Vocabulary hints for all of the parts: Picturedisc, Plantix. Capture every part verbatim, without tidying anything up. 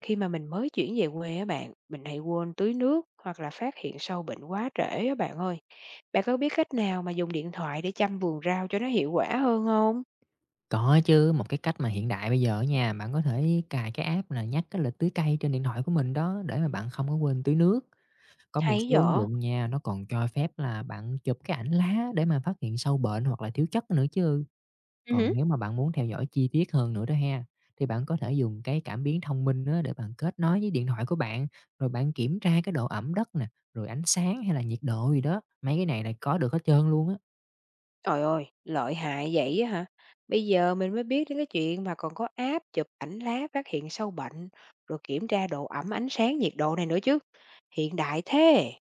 Khi mà mình mới chuyển về quê á bạn, mình hay quên tưới nước hoặc là phát hiện sâu bệnh quá trễ á bạn ơi. Bạn có biết cách nào mà dùng điện thoại để chăm vườn rau cho nó hiệu quả hơn không? Có chứ, một cái cách mà hiện đại bây giờ á nha, bạn có thể cài cái app là nhắc cái lịch tưới cây trên điện thoại của mình đó, để mà bạn không có quên tưới nước. Có một Hay số ứng dở. dụng nha, nó còn cho phép là bạn chụp cái ảnh lá để mà phát hiện sâu bệnh hoặc là thiếu chất nữa chứ. Ừ Còn hứ. nếu mà bạn muốn theo dõi chi tiết hơn nữa đó ha, thì bạn có thể dùng cái cảm biến thông minh á, để bạn kết nối với điện thoại của bạn, rồi bạn kiểm tra cái độ ẩm đất nè, rồi ánh sáng hay là nhiệt độ gì đó. Mấy cái này là có được hết trơn luôn á. Trời ơi, lợi hại vậy á hả? Bây giờ mình mới biết đến cái chuyện mà còn có app chụp ảnh lá phát hiện sâu bệnh, rồi kiểm tra độ ẩm, ánh sáng, nhiệt độ này nữa chứ. Hiện đại thế.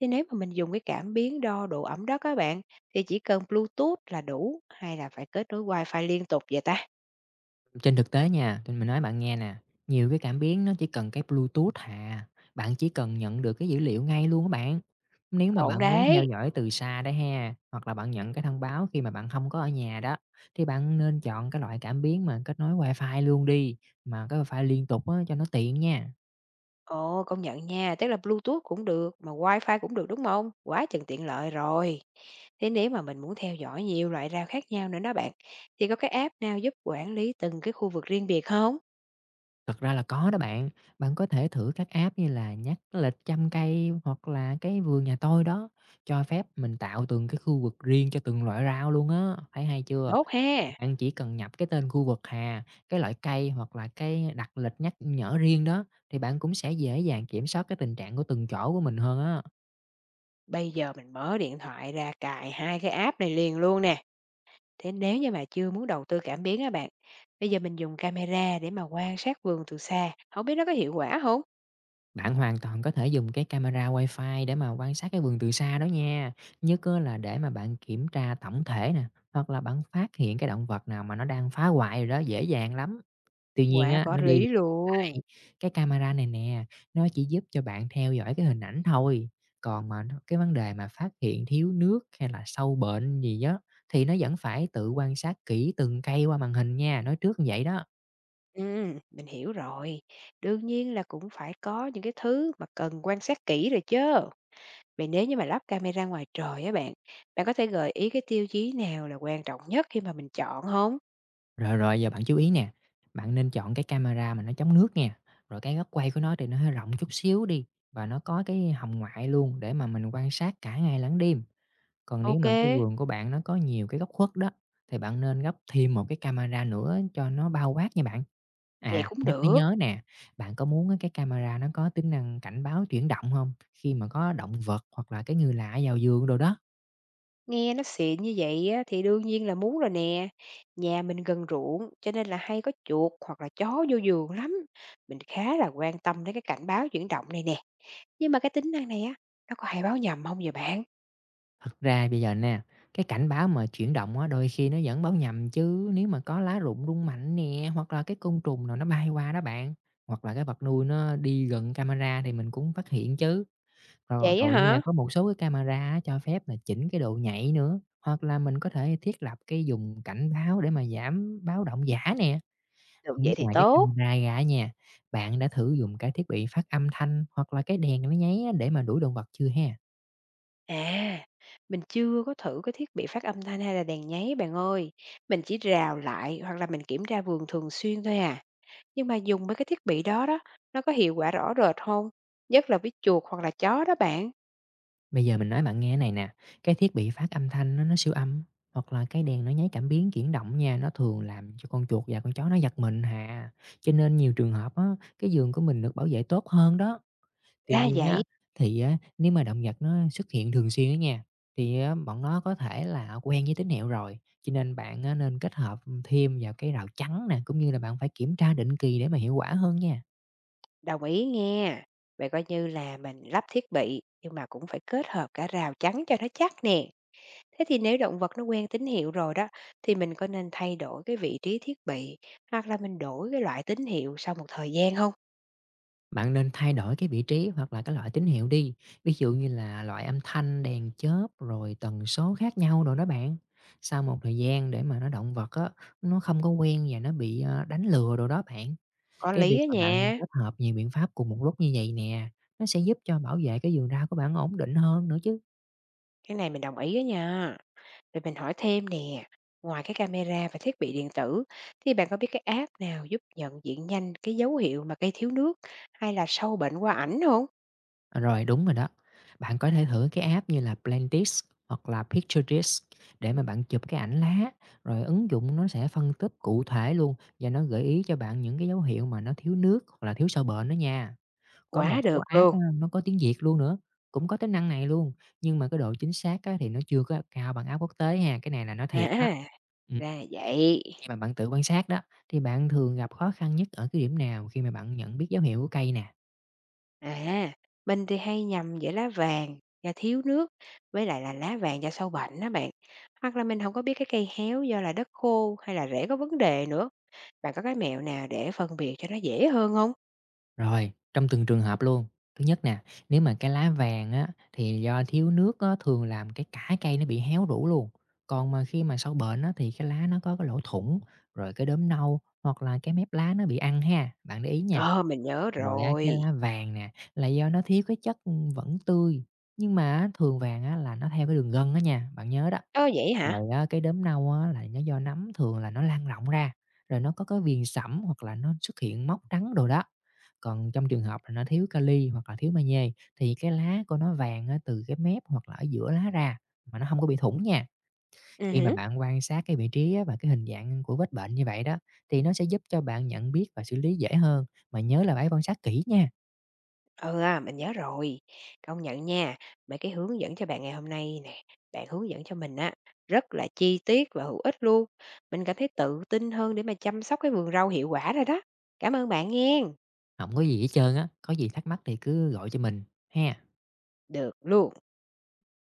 Thế nếu mà mình dùng cái cảm biến đo độ ẩm đất các bạn, thì chỉ cần Bluetooth là đủ hay là phải kết nối Wi-Fi liên tục vậy ta? Trên thực tế nha, thì mình nói bạn nghe nè, nhiều cái cảm biến nó chỉ cần cái Bluetooth hà, bạn chỉ cần nhận được cái dữ liệu ngay luôn các bạn. Nếu mà Ổn bạn muốn theo đấy. dõi từ xa đấy ha, hoặc là bạn nhận cái thông báo khi mà bạn không có ở nhà đó, thì bạn nên chọn cái loại cảm biến mà kết nối Wi-Fi luôn đi, mà cái Wi-Fi liên tục á, cho nó tiện nha. Ồ, công nhận nha, tức là Bluetooth cũng được, mà Wi-Fi cũng được, đúng không? Quá chừng tiện lợi rồi. Thế nếu mà mình muốn theo dõi nhiều loại rau khác nhau nữa đó bạn, thì có cái app nào giúp quản lý từng cái khu vực riêng biệt không? Thật ra là có đó bạn, bạn có thể thử các app như là nhắc lịch chăm cây hoặc là cái vườn nhà tôi đó, cho phép mình tạo từng cái khu vực riêng cho từng loại rau luôn á, thấy hay chưa? Tốt ha! Bạn chỉ cần nhập cái tên khu vực hà, cái loại cây hoặc là cái đặt lịch nhắc nhở riêng đó, thì bạn cũng sẽ dễ dàng kiểm soát cái tình trạng của từng chỗ của mình hơn á. Bây giờ mình mở điện thoại ra cài hai cái app này liền luôn nè. Thế nếu như mà chưa muốn đầu tư cảm biến á bạn, bây giờ mình dùng camera để mà quan sát vườn từ xa, không biết nó có hiệu quả không? Bạn hoàn toàn có thể dùng cái camera Wi-Fi để mà quan sát cái vườn từ xa đó nha. Nhất á là để mà bạn kiểm tra tổng thể nè, hoặc là bạn phát hiện cái động vật nào mà nó đang phá hoại rồi đó, dễ dàng lắm. Tuy nhiên Quả á, có nó đi lý luôn! Cái cái camera này nè, nó chỉ giúp cho bạn theo dõi cái hình ảnh thôi, còn mà nó cái vấn đề mà phát hiện thiếu nước hay là sâu bệnh gì đó thì nó vẫn phải tự quan sát kỹ từng cây qua màn hình nha, nói trước như vậy đó. Ừm, mình hiểu rồi. Đương nhiên là cũng phải có những cái thứ mà cần quan sát kỹ rồi chứ. Vậy nếu như mà lắp camera ngoài trời á bạn, bạn có thể gợi ý cái tiêu chí nào là quan trọng nhất khi mà mình chọn không? Rồi, rồi, giờ bạn chú ý nè, bạn nên chọn cái camera mà nó chống nước nha, rồi cái góc quay của nó thì nó hơi rộng chút xíu đi, và nó có cái hồng ngoại luôn để mà mình quan sát cả ngày lẫn đêm. Còn nếu Ok, mà cái vườn của bạn nó có nhiều cái góc khuất đó, thì bạn nên gấp thêm một cái camera nữa cho nó bao quát nha bạn. vậy À, cũng nhắc mới được. nhớ nè, bạn có muốn á, cái camera nó có tính năng cảnh báo chuyển động không, khi mà có động vật hoặc là cái người lạ vào vườn đồ đó. Nghe nó xịn như vậy á, thì đương nhiên là muốn rồi nè. Nhà mình gần ruộng cho nên là hay có chuột hoặc là chó vô vườn lắm. Mình khá là quan tâm đến cái cảnh báo chuyển động này nè. Nhưng mà cái tính năng này á, nó có hay báo nhầm không vậy bạn? Thật ra bây giờ nè, cái cảnh báo mà chuyển động á, đôi khi nó vẫn báo nhầm chứ, nếu mà có lá rụng rung mạnh nè, hoặc là cái côn trùng nào nó bay qua đó bạn, hoặc là cái vật nuôi nó đi gần camera thì mình cũng phát hiện chứ. Rồi, Vậy á rồi nha, hả? có một số cái camera á cho phép là chỉnh cái độ nhạy nữa, hoặc là mình có thể thiết lập cái dùng cảnh báo để mà giảm báo động giả nè. Được Không biết vậy thì ngoài cái tốt. camera ra á nha, bạn đã thử dùng cái thiết bị phát âm thanh hoặc là cái đèn nó nháy á để mà đuổi động vật chưa ha? À, mình chưa có thử cái thiết bị phát âm thanh hay là đèn nháy bạn ơi. Mình chỉ rào lại hoặc là mình kiểm tra vườn thường xuyên thôi à. Nhưng mà dùng mấy cái thiết bị đó đó, nó có hiệu quả rõ rệt không? Nhất là với chuột hoặc là chó đó bạn. Bây giờ mình nói bạn nghe này nè, cái thiết bị phát âm thanh á nó siêu âm, hoặc là cái đèn nó nháy cảm biến chuyển động nha, nó thường làm cho con chuột và con chó nó giật mình hà. Cho nên nhiều trường hợp á, cái giường của mình được bảo vệ tốt hơn đó. Tuy Ra nhiên vậy, á, thì á, nếu mà động vật nó xuất hiện thường xuyên á nha, thì á, bọn nó có thể là quen với tín hiệu rồi, cho nên bạn á, nên kết hợp thêm vào cái rào chắn nè, cũng như là bạn phải kiểm tra định kỳ để mà hiệu quả hơn nha. đồng ý nghe. Vậy coi như là mình lắp thiết bị, nhưng mà cũng phải kết hợp cả rào chắn cho nó chắc nè. Thế thì nếu động vật nó quen tín hiệu rồi đó, thì mình có nên thay đổi cái vị trí thiết bị hoặc là mình đổi cái loại tín hiệu sau một thời gian không? Bạn nên thay đổi cái vị trí hoặc là cái loại tín hiệu đi, ví dụ như là loại âm thanh, đèn chớp, rồi tần số khác nhau rồi đó bạn. Sau một thời gian để mà nó động vật á, nó không có quen và nó bị ờ, đánh lừa rồi đó bạn. Có Cái việc lý á mà bạn nha. kết hợp nhiều biện pháp cùng một lúc như vậy nè, nó sẽ giúp cho bảo vệ cái vườn rau của bạn ổn định hơn nữa chứ. Cái này mình đồng ý đó nha. Rồi mình hỏi thêm nè, ngoài cái camera và thiết bị điện tử thì bạn có biết cái app nào giúp nhận diện nhanh cái dấu hiệu mà cây thiếu nước hay là sâu bệnh qua ảnh không? À, rồi, đúng rồi đó. Bạn có thể thử cái app như là Plantix hoặc là Picturedisc để mà bạn chụp cái ảnh lá, rồi ứng dụng nó sẽ phân tích cụ thể luôn và nó gợi ý cho bạn những cái dấu hiệu mà nó thiếu nước hoặc là thiếu sâu bệnh đó nha. Có một Quá số được app luôn. á, nó có tiếng Việt luôn nữa, cũng có tính năng này luôn, nhưng mà cái độ chính xác á, thì nó chưa có cao bằng app quốc tế ha, cái này là nó À, thiệt đó. à, Ừ. ra vậy. Khi mà bạn tự quan sát đó, thì bạn thường gặp khó khăn nhất ở cái điểm nào khi mà bạn nhận biết dấu hiệu của cây nè? À, mình thì hay nhầm giữa lá vàng do thiếu nước với lại là lá vàng do sâu bệnh đó bạn. Hoặc là mình không có biết cái cây héo do là đất khô hay là rễ có vấn đề nữa. Bạn có cái mẹo nào để phân biệt cho nó dễ hơn không? Rồi, trong từng trường hợp luôn. Thứ nhất nè, nếu mà cái lá vàng á, thì do thiếu nước á, thường làm cái cả cây nó bị héo rũ luôn. Còn mà khi mà sâu bệnh á, thì cái lá nó có cái lỗ thủng, rồi cái đốm nâu hoặc là cái mép lá nó bị ăn ha. Bạn để ý nha. Ờ, mình nhớ Rồi á, cái rồi. lá vàng nè là do nó thiếu cái chất vẫn tươi. Nhưng mà á, thường vàng á, là nó theo cái đường gân đó nha, bạn nhớ đó. Ờ, vậy hả? Rồi á, cái đốm nâu á là nó do nấm thường là nó lan rộng ra, rồi nó có cái viền sẫm hoặc là nó xuất hiện mốc trắng đồ đó. Còn trong trường hợp là nó thiếu kali hoặc là thiếu magie thì cái lá của nó vàng á, từ cái mép hoặc là ở giữa lá ra mà nó không có bị thủng nha. Ừm Khi mà hứm, bạn quan sát cái vị trí á, và cái hình dạng của vết bệnh như vậy đó thì nó sẽ giúp cho bạn nhận biết và xử lý dễ hơn. Mà nhớ là phải quan sát kỹ nha. ừ, à, mình nhớ rồi. Công nhận nha, mấy cái hướng dẫn cho bạn ngày hôm nay nè, bạn hướng dẫn cho mình á, rất là chi tiết và hữu ích luôn. Mình cảm thấy tự tin hơn để mà chăm sóc cái vườn rau hiệu quả rồi đó. Cảm ơn bạn nghe, Không có gì hết trơn á, có gì thắc mắc thì cứ gọi cho mình ha. được luôn.